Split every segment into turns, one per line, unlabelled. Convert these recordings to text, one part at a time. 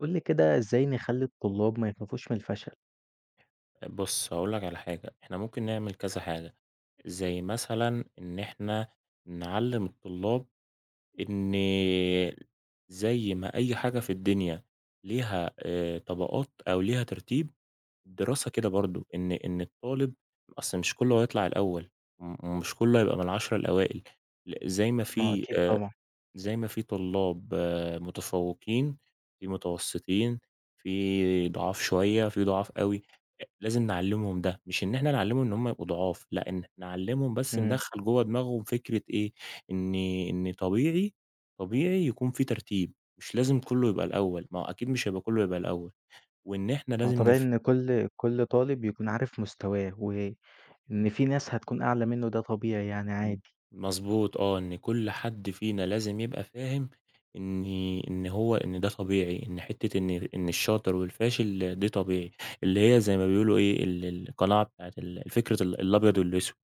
قُل لي كده إزاي نخلّي الطلاب ما يخافوش من الفشل؟
بُص، هاقول لك على حاجة، إحنا ممكن نعمل كذا حاجة، زي مثلًا إن إحنا نعلّم الطلاب إن زي ما أي حاجة في الدنيا ليها طبقات أو ليها ترتيب، الدراسة كده برضه، إن الطالب أصل مش كُلّه هيطلع الأول، ومش كُلّه هيبقى من ال10 الأوائل، ل زي ما
ما هو
في
أكيد طبعًا.
زي ما في طلاب متفوقين، في متوسطين، في ضعاف شوية، في ضعاف أوي، لازم نعلّمهم ده، مش إن إحنا نعلّمهم إن هُم يبقوا ضعاف، لأ إن إحنا نعلّمهم بس
إمم،
ندخّل جوّه دماغهم فكرة إيه، إن إن طبيعي، طبيعي يكون في ترتيب، مش لازم كلّه يبقى الأول، ما هو أكيد مش هيبقى كلّه يبقى الأول، وإن إحنا
ما هو
لازم
طبيعي إن كل طالب يكون عارف مستواه، وإن في ناس هتكون أعلى منه ده طبيعي يعني
إمم.
عادي.
مضبوط آه، إن كل حد فينا لازم يبقى فاهم إن إن هو إن ده طبيعي، إن حتّة إن الشاطر والفاشل ده طبيعي، اللي هي زي ما بيقولوا إيه القناعة بتاعة فكرة الأبيض والأسود،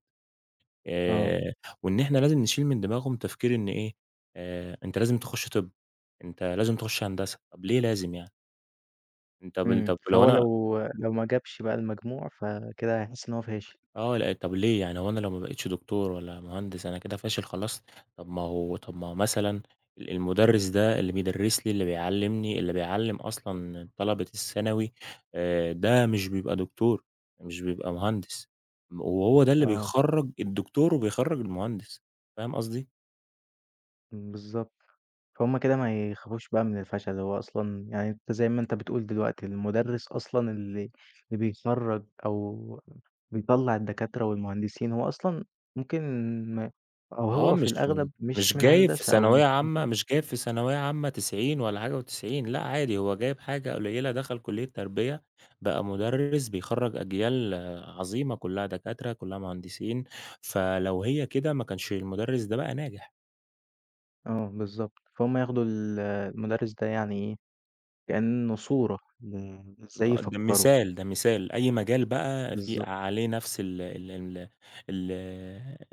آه.
آآ وإن إحنا لازم نشيل من دماغهم تفكير إن إيه، أنت لازم تخش طِب، أنت لازم تخش هندسة، طَب ليه لازم يعني؟ أنت
إمم.
طَب لو
فهو
أنا
لو ما جابش بقى المجموع فكده هيحس إن هو فاشل.
آه، لأ طب ليه يعني هو أنا لو ما بقيتش دكتور ولا مهندس أنا كده فاشل خلاص؟ طب ما هو مثلًا المدرس ده اللي بيدرس لي، اللي بيعلّمني، اللي بيعلّم أصلًا طلبة الثانوي، ده مش بيبقى دكتور، مش بيبقى مهندس، وهو ده اللي
آه،
بيخرّج الدكتور وبيخرّج المهندس، فاهم قصدي؟
بالضبط. فهُم كده ما يخافوش بقى من الفشل، هو أصلًا يعني أنت زي ما أنت بتقول دلوقتي، المُدرِّس أصلًا اللي بيخرّج أو بيطلّع الدكاترة والمهندسين، هو أصلًا ممكن ما أو
آه،
هو في
مش
الأغلب مش
مش
من
جايب في
هندسة أو مش
ثانوية
من
عامة
طِب.
مش جايب في ثانوية عامة 90 ولا حاجة و90 لأ، عادي هو جايب حاجة قليلة دخل كلية تربية، بقى مُدرِّس بيخرّج أجيال عظيمة كلّها دكاترة، كلّها مهندسين، فلو هي كده ما كانش المُدرِّس ده بقى ناجح،
آه بالضبط، فهُم ياخدوا ال المُدرِّس ده يعني إيه، كإنه صورة ل إزاي
ده
يفكّروا.
مثال، ده مثال، أي مجال بقى في
بالضبط.
عليه نفس ال ال ال ال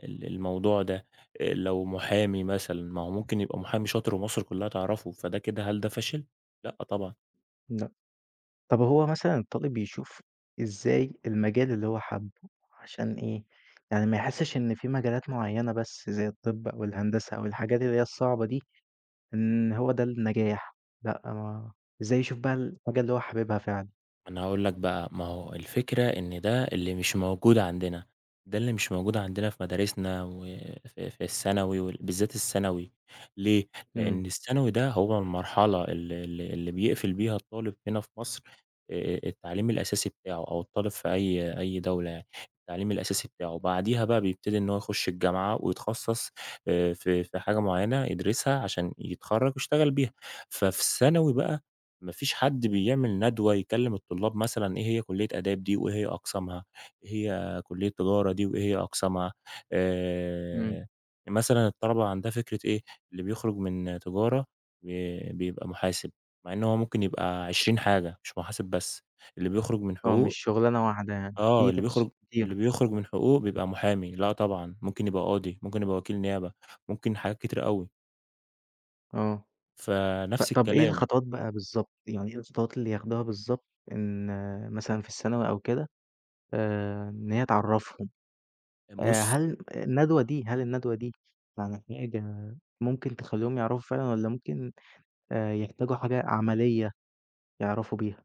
ال الموضوع ده، لو محامي مثلًا، ما هو ممكن يبقى محامي شاطر ومصر كلّها تعرفه، فده كده هل ده فاشل؟ لأ طبعًا.
طب هو مثلًا الطالب بيشوف إزاي المجال اللي هو حابه، عشان إيه، يعني ما يحسش إن في مجالات معيّنة بس زي الطب أو الهندسة أو الحاجات اللي هي الصعبة دي، إن هو ده النجاح، لأ ما إزاي يشوف بقى الحاجة اللي هو حاببها فعلًا؟
أنا هاقول لك بقى، ما هو الفكرة إن ده اللي مش موجود عندنا، ده اللي مش موجود عندنا في مدارسنا وفي الثانوي بالذات الثانوي، ليه؟
إمم.
لإن الثانوي ده هو المرحلة ال ال اللي بيقفل بيها الطالب هنا في مصر التعليم الأساسي بتاعه، أو الطالب في أي دولة يعني، التعليم الأساسي بتاعه، بعديها بقى بيبتدي إن هو يخش الجامعة ويتخصص في حاجة معيّنة يدرسها عشان يتخرّج ويشتغل بيها، ففي الثانوي بقى ما فيش حد بيعمل ندوة يكلم الطلاب مثلًا إيه هي كلية آداب دي وإيه هي أقسامها، إيه هي كلية تجارة دي وإيه هي أقسامها،
إمم.
آآ، مثلًا الطلبة عندها فكرة إيه، اللي بيخرج من تجارة بيبقى محاسب، مع إن هو ممكن يبقى 20 حاجة مش محاسب بس، اللي بيخرج من
آه مش
حقوق
شغلانة واحدة يعني،
آه،
في
اللي
تخصصات
بيخرج
كتيرة.
اللي بيخرج من حقوق بيبقى محامي، لأ طبعًا، ممكن يبقى قاضي، ممكن يبقى وكيل نيابة، ممكن حاجات كتيرة أوي،
آه.
فنفس
فطب إيه
الكلام.
الخطوات بقى بالضبط، يعني إيه الخطوات اللي ياخدوها بالضبط إن آه، مثلًا في الثانوي أو كده إن هي تعرّفهم؟
بُص
هل الندوة دي يعني حاجة ممكن تخلّيهم يعرفوا فعلًا والّا ممكن يحتاجوا حاجة عملية يعرفوا بيها؟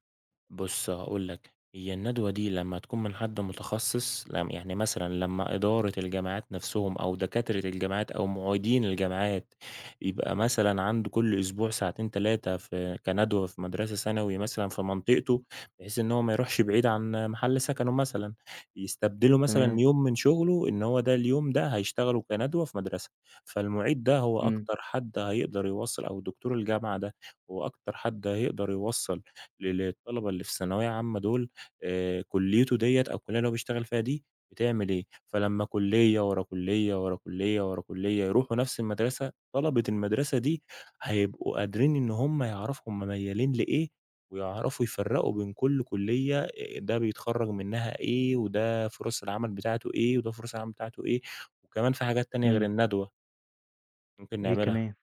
بُص هاقول لك، هي الندوة دي لمّا تكون من حد متخصص لم يعني مثلًا لمّا إدارة الجامعات نَفْسهم أو دكاترة الجامعات أو معيدين الجامعات، يبقى مثلًا عنده كل أسبوع ساعتين 3 في كندوة في مدرسة ثانوي مثلًا في منطقته، بحيث إن هو ما يروحش بعيد عن محل سكنه مثلًا، يستبدلوا مثلًا
تمام.
يوم من شغله إن هو ده اليوم ده هيشتغله كندوة في مدرسة، فالمعيد ده هو
إمم.
أكتر حد هيقدر يوصّل أو دكتور الجامعة ده هو أكتر حد هيقدر يوصّل للطلبة اللي في ثانوية عامة دول كُلّيته ديّة أو الكُلّية اللي هو بيشتغل فيها دي بتعمل إيه، فلمّا كُلّية، ورا كُلّية، ورا كُلّية، ورا كُلّية يروحوا نفس المدرسة، طلبة المدرسة دي هيبقوا قادرين إن هم يعرفوا هم ميّالين لإيه، ويعرفوا يفرّقوا بين كل كُلّية ده بيتخرّج منها إيه، وده فرص العمل بتاعته إيه، وده فرص العمل بتاعته إيه، وكمان في حاجات تانية غير
إمم.
الندوة ممكن
إيه
نعملها.
كمان؟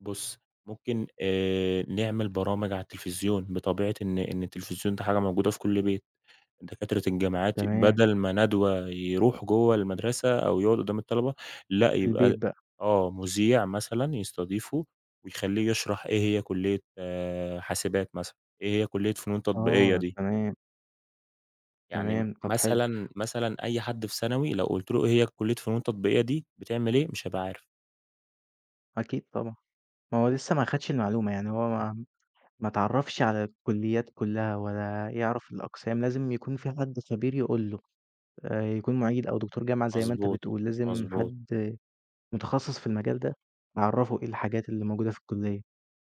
بُص، ممكن نعمل برامج على التلفزيون، بطبيعة إن التلفزيون ده حاجة موجودة في كل بيت، دكاترة الجامعات
تمام،
بدل ما ندوة يروح جوّه المدرسة أو يقعد قدّام الطلبة، لأ
في البيت
يبقى
بقى.
مذيع مثلًا يستضيفه ويخلّيه يشرح إيه هي كلية حاسبات مثلًا، إيه هي كلية فنون تطبيقية
آه
دي،
تمام.
يعني
تمام، طب حلو،
مثلًا أي حد في ثانوي لو قُلت له إيه هي كلية فنون تطبيقية دي بتعمل إيه، مش هيبقى عارف.
أكيد طبعًا، ما هو لسه ما خدش المعلومة، يعني هو ما ما اتعرّفش على الكليات كلّها ولا يعرف الأقسام، لازم يكون في حد خبير يقول له، يكون معيد أو دكتور جامعة زي ما أنت
مضبوط،
بتقول، لازم
مضبوط،
حد متخصص في المجال ده، أعرّفه إيه الحاجات اللي موجودة في الكلية.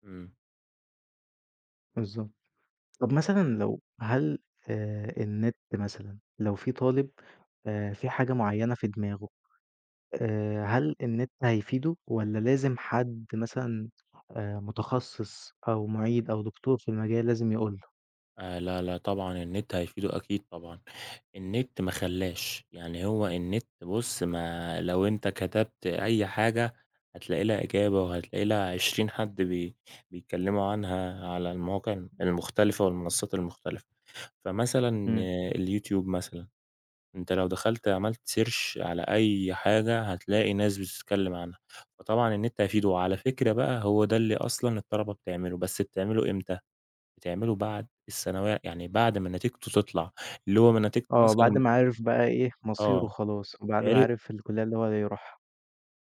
إمم.
بالضبط. طب مثلًا لو هل النت مثلًا لو في طالب في حاجة معيّنة في دماغه، هل النت هيفيده والّا لازم حد مثلًا متخصص أو مُعيد أو دكتور في المجال لازم يقول له؟
لا، لا طبعًا النت هيفيده أكيد طبعًا، النت ما خلّاش، يعني هو النت بُص ما لو أنت كتبت أي حاجة هتلاقي لها إجابة وهتلاقي لها 20 حد بيتكلموا عنها على المواقع المختلفة والمنصات المختلفة، فمثلًا
إمم.
آه، اليوتيوب مثلًا، أنت لو دخلت عملت search على أي حاجة هتلاقي ناس بتتكلم عنها، فطبعًا النت هيفيده، وعلى فكرة بقى هو ده اللي أصلًا الطلبة بتعمله، بس بتعمله إمتى؟ بتعمله بعد الثانوية يعني بعد ما نتيجته تطلع، اللي هو ما نتيجته
آه، بعد
مثلًا
ما عرف بقى إيه مصيره
آه،
خلاص، وبعد ما
عر
عرف الكلية اللي هو هيروحها.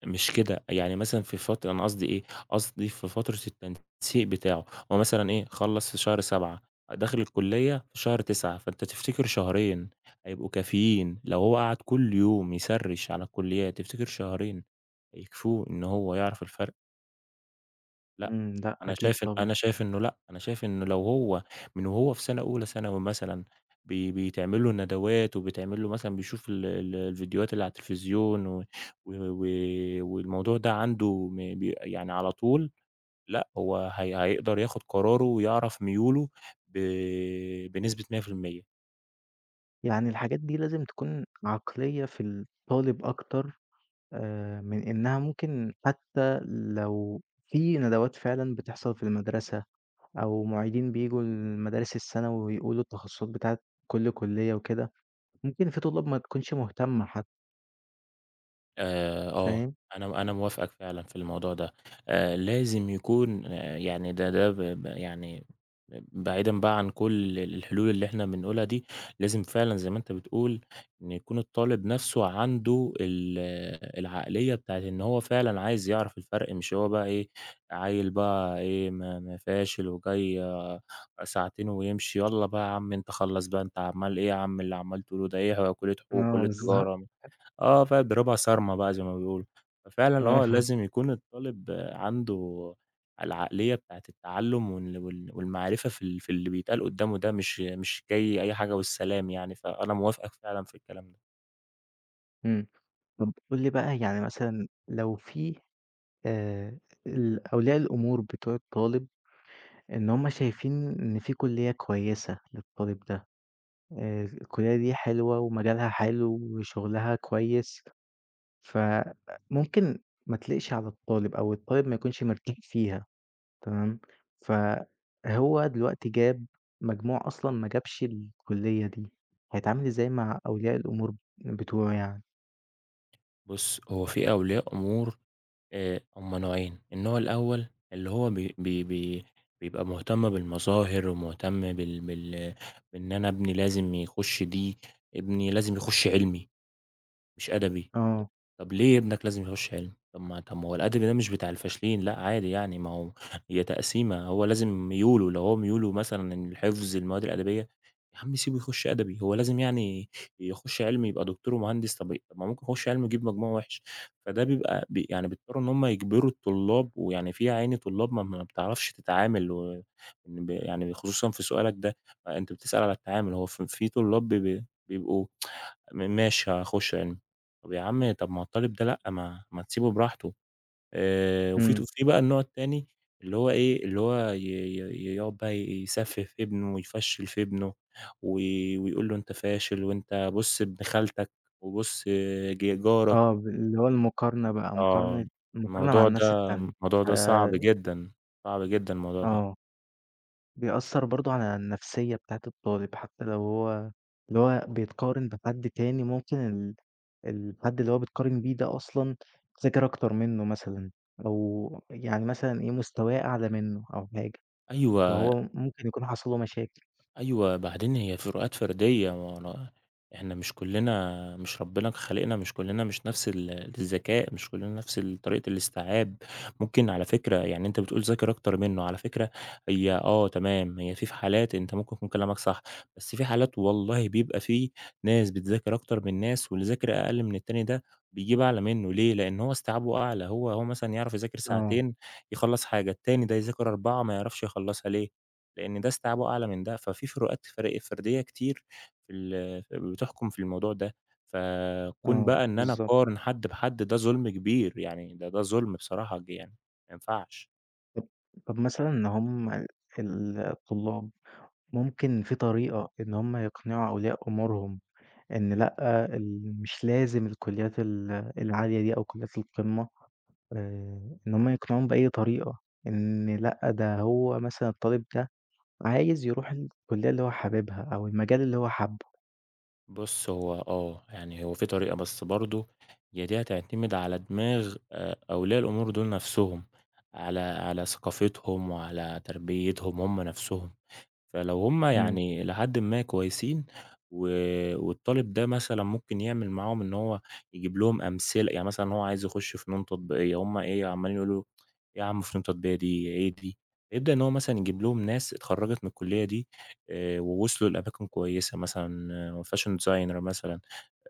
مش كده، يعني مثلًا في فترة أنا قصدي إيه، قصدي في فترة التنسيق بتاعه، هو مثلًا إيه، خلّص في شهر 7 داخل الكلية في شهر 9 فأنت تفتكر شهرين هيبقوا كافيين لو هو قعد كل يوم يسرِّش على الكليات، تفتكر شهرين هيكفوه إن هو يعرف الفرق؟ لأ،
إمم، لأ أكيد طبعًا.
أنا شايف إنه لأ، أنا شايف إنه لو هو من وهو في سنة أولى ثانوي مثلًا بيتعمل له ندوات وبيتعمل له مثلًا بيشوف ال ال الفيديوهات اللي على التلفزيون و و والموضوع ده عنده م ب يعني على طول، لأ، هي هيقدر ياخد قراره ويعرف ميوله ب بنسبة 100%.
يعني الحاجات دي لازم تكون عقلية في الطالب أكتر من إنها ممكن حتى لو في ندوات فعلًا بتحصل في المدرسة، أو معيدين بييجوا المدارس الثانوي ويقولوا التخصصات بتاعة كل كلية وكده، ممكن في طلاب ما تكونش مهتمة حتى،
آآ آه،
فاهم؟
أنا موافقك فعلًا في الموضوع ده، لازم يكون يعني ده ب ب يعني بعيدًا بقى عن كل الحلول اللي إحنا بنقولها دي، لازم فعلًا زي ما أنت بتقول إن يكون الطالب نَفْسه عنده العقلية بتاعة إن هو فعلًا عايز يعرف الفرق، مش هو بقى إيه، عيّل بقى إيه ما فاشل وجاي ساعتين ويمشي، يالّا بقى يا عم أنت خلّص بقى أنت عمّال إيه يا عم اللي عمّال تقوله ده، إيه هو كلية حقوق
آه،
وكلية
بالضبط.
تجارة آه، فضربها صارمة بقى زي ما بيقولوا. ففعلًا
آه،
آه، لازم يكون الطالب عنده العقلية بتاعة التعلُّم والمعرفة في اللي بيتقال قدّامه ده، مش جاي أي حاجة والسلام يعني، فأنا موافقك فعلًا في الكلام ده.
إمم. طب قُل لي بقى يعني مثلًا لو في آآ، ال أولياء الأمور بتوع الطالب إن هُم شايفين إن في كلية كويسة للطالب ده، الكلية دي حلوة ومجالها حلو وشغلها كويس. فممكن ما تليقش على الطالب أو الطالب ما يكونش مرتاح فيها تمام، فهو دلوقتي جاب مجموع أصلًا ما جابش الكلية دي، هيتعامل إزاي مع أولياء الأمور بتوعه يعني؟
بُص، هو في أولياء أمور هم نوعين، النوع الأول اللي هو بي بي بي بيبقى مهتم بالمظاهر ومهتم بال بال بإن أنا ابني لازم يخُش دي، ابني لازم يخُش علمي مش أدبي.
آه.
طب ليه ابنك لازم يخش علمي؟ طب ما هو الأدبي ده مش بتاع الفاشلين، لأ عادي يعني ما هو هي تقسيمة، هو لازم ميوله لو هو ميوله مثلًا إن الحفظ المواد الأدبية، يا عم سيبه يخش أدبي، هو لازم يعني يخش علمي يبقى دكتور ومهندس؟ طب ما ممكن يخش علمي يجيب مجموع وحش، فده بيبقى يعني بيضطروا إن هم يجبروا الطلاب، ويعني في يا عيني طلاب ما بتعرفش تتعامل و إن يعني خصوصًا في سؤالك ده، أنت بتسأل على التعامل، هو في طلاب ب ب بيبقوا ماشي هاخش علمي. طب يا عم طب ما هو الطالب ده لأ، ما تسيبه براحته وفي ت
إمم.
في بقى النوع التاني اللي هو إيه، اللي هو ي ي يقعد بقى يسفِّه في ابنه ويفشِّل في ابنه و ويقول له أنت فاشل وأنت بُص ابن خالتك وبُص جارك
آه، ب اللي هو المقارنة بقى،
آه،
المقارنة مع
الموضوع
الناس
ده
التانية
الموضوع
ف
ده صعب جدًا، صعب جدًا الموضوع ده.
آه. بيأثّر برضه على النفسيّة بتاعة الطالب، حتّى لو هو اللي هو بيتقارن بحد تاني ممكن ال الحد اللي هو بيتقارن بيه ده أصلًا ذاكر أكتر منّه مثلًا، أو يعني مثلًا إيه مستواه أعلى منّه أو حاجة،
أيوه.
وهو ممكن يكون حصل له مشاكل.
أيوه، بعدين هي فروقات فردية، ما هو إحنا مش كُلّنا مش ربنا خالقنا مش كُلّنا مش نفس الذكاء، مش كُلّنا نفس طريقة الاستيعاب، ممكن على فكرة يعني أنت بتقول ذاكر أكتر منّه، على فكرة هي آه تمام، هي في حالات أنت ممكن يكون كلامك صح، بس في حالات والله بيبقى في ناس بتذاكر أكتر من ناس، واللي ذاكر أقل من التاني ده بيجيب أعلى منّه، ليه؟ لإن هو استيعابه أعلى، هو مثلًا يعرف يذاكر
آه.
ساعتين يخلّص حاجة، التاني ده يذاكر 4 ما يعرفش يخلّصها ليه؟ لإن ده استيعابه أعلى من ده، ففي فروقات فردية كتير في بتحكم في الموضوع ده، فكون
آه،
بقى إن أنا
بالضبط.
أقارن حد بحد ده ظلم كبير، يعني ده ظلم بصراحة يعني ما ينفعش.
طب طب مثلًا إن هم ال ال- الطلاب ممكن في طريقة إن هم يقنعوا أولياء أمورهم إن لأ، ال مش لازم الكليات ال العالية دي أو كليات القمة؟ إن هم يقنعوهم بأي طريقة، إن لأ ده هو مثلًا الطالب ده عايز يروح الكلية اللي هو حاببها أو المجال اللي هو حابه.
بُص هو آه، يعني هو في طريقة بس برضه هي دي هتعتمد على دماغ أولياء الأمور دول نَفْسهم، على ثقافتهم وعلى تربيتهم هم نَفْسهم. فلو هُم
إمم.
يعني إلى حدٍ ما كويسين و والطالب ده مثلًا ممكن يعمل معاهم إن هو يجيب لهم أمثلة، يعني مثلًا هو عايز يخش فنون تطبيقية، هُم إيه عمّالين يقولوا له: "إيه يا عم فنون تطبيقية دي، إيه دي؟" يبدأ إن هو مثلًا يجيب لهم ناس اتخرّجت من الكلية دي ووصلوا لأماكن كويسة مثلًا fashion designer مثلًا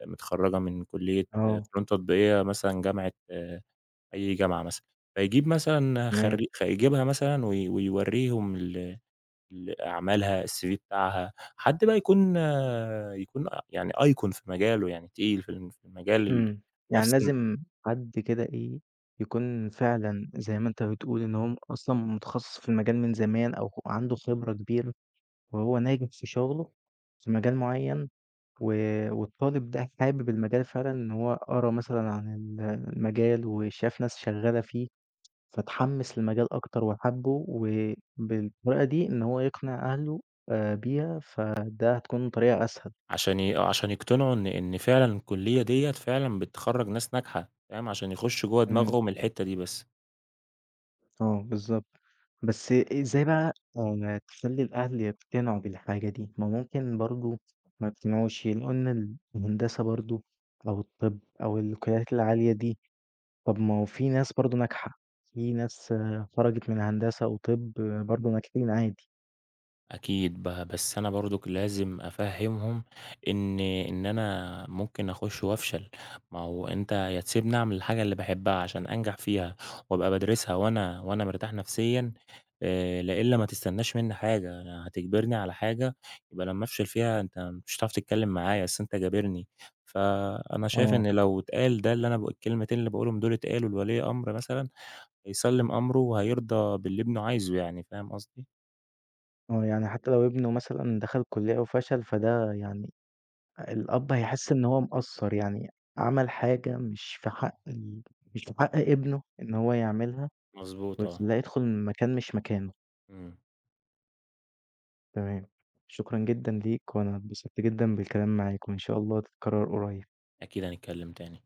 آه، متخرّجة من كلية
آه،
فنون تطبيقية مثلًا جامعة، أي جامعة مثلًا، فيجيب مثلًا
تمام.
فيجيبها مثلًا ويورّيهم ال ل أعمالها، الCV بتاعها، حد بقى يكون يعني أيكون في مجاله، يعني تقيل في المجال ال
إمم. يعني
نفس ال
لازم حد كده إيه، يكون فعلًا زي ما أنت بتقول إن هو أصلًا متخصص في المجال من زمان أو عنده خبرة كبيرة وهو ناجح في شغله في مجال معيّن و والطالب ده حابب المجال فعلًا إن هو قرا مثلًا عن ال المجال وشاف ناس شغّالة فيه. فاتحمّس للمجال أكتر وحَبّه، وبالطريقة دي إن هو يقنع أهله بيها، فده هتكون طريقة أسهل.
عشان ي آه، عشان يقتنعوا إن فعلًا الكلية ديّة فعلًا بتخرّج ناس ناجحة، فاهم، عشان يخشوا جوّه
إمم.
دماغهم الحتّة دي بس.
آه بالضبط. بس إزاي بقى تخلّي الأهل يقتنعوا بالحاجة دي؟ ما ممكن برضه ما يقتنعوش، يلاقوا إن الهندسة برضه أو الطِب أو الكليات العالية دي، طَب ما هو في ناس برضه ناجحة، في ناس آه، خرجت من هندسة وطِب برضه ناجحين عادي.
أكيد بس أنا برضُك لازم أفهّمهم إن أنا ممكن أخُش وأفشل، ما هو أنت يا تسيبني أعمل الحاجة اللي باحبها عشان أنجح فيها وأبقى بادرسها وأنا مرتاح نفسيًا، لا إلّا ما تستناش منّي حاجة، أنا هتجبرني على حاجة يبقى لمّا أفشل فيها أنت مش هتعرف تتكلّم معايا، أصل أنت جابرني. فأنا شايف
آه.
إن لو اتقال ده اللي أنا الكلمتين اللي باقولهم دُول اتقالوا لولي أمر مثلًا، هيسلِّم أمره وهيرضى باللي ابنه عايزه يعني، فاهم قصدي؟
آه، يعني حتى لو ابنه مثلًا دخل كلية وفشل، فده يعني الأب هيحس إن هو مقصّر، يعني عمل حاجة مش في حق ال مش في حق ابنه إن هو يعملها،
مضبوط آه،
ويخلّاه يدخل من مكان مش مكانه.
إمم.
تمام، شكرًا جدًا ليك، وأنا اتبسطت جدًا بالكلام معاك، وإن شاء الله تتكرر قريب.
أكيد هنتكلم تاني.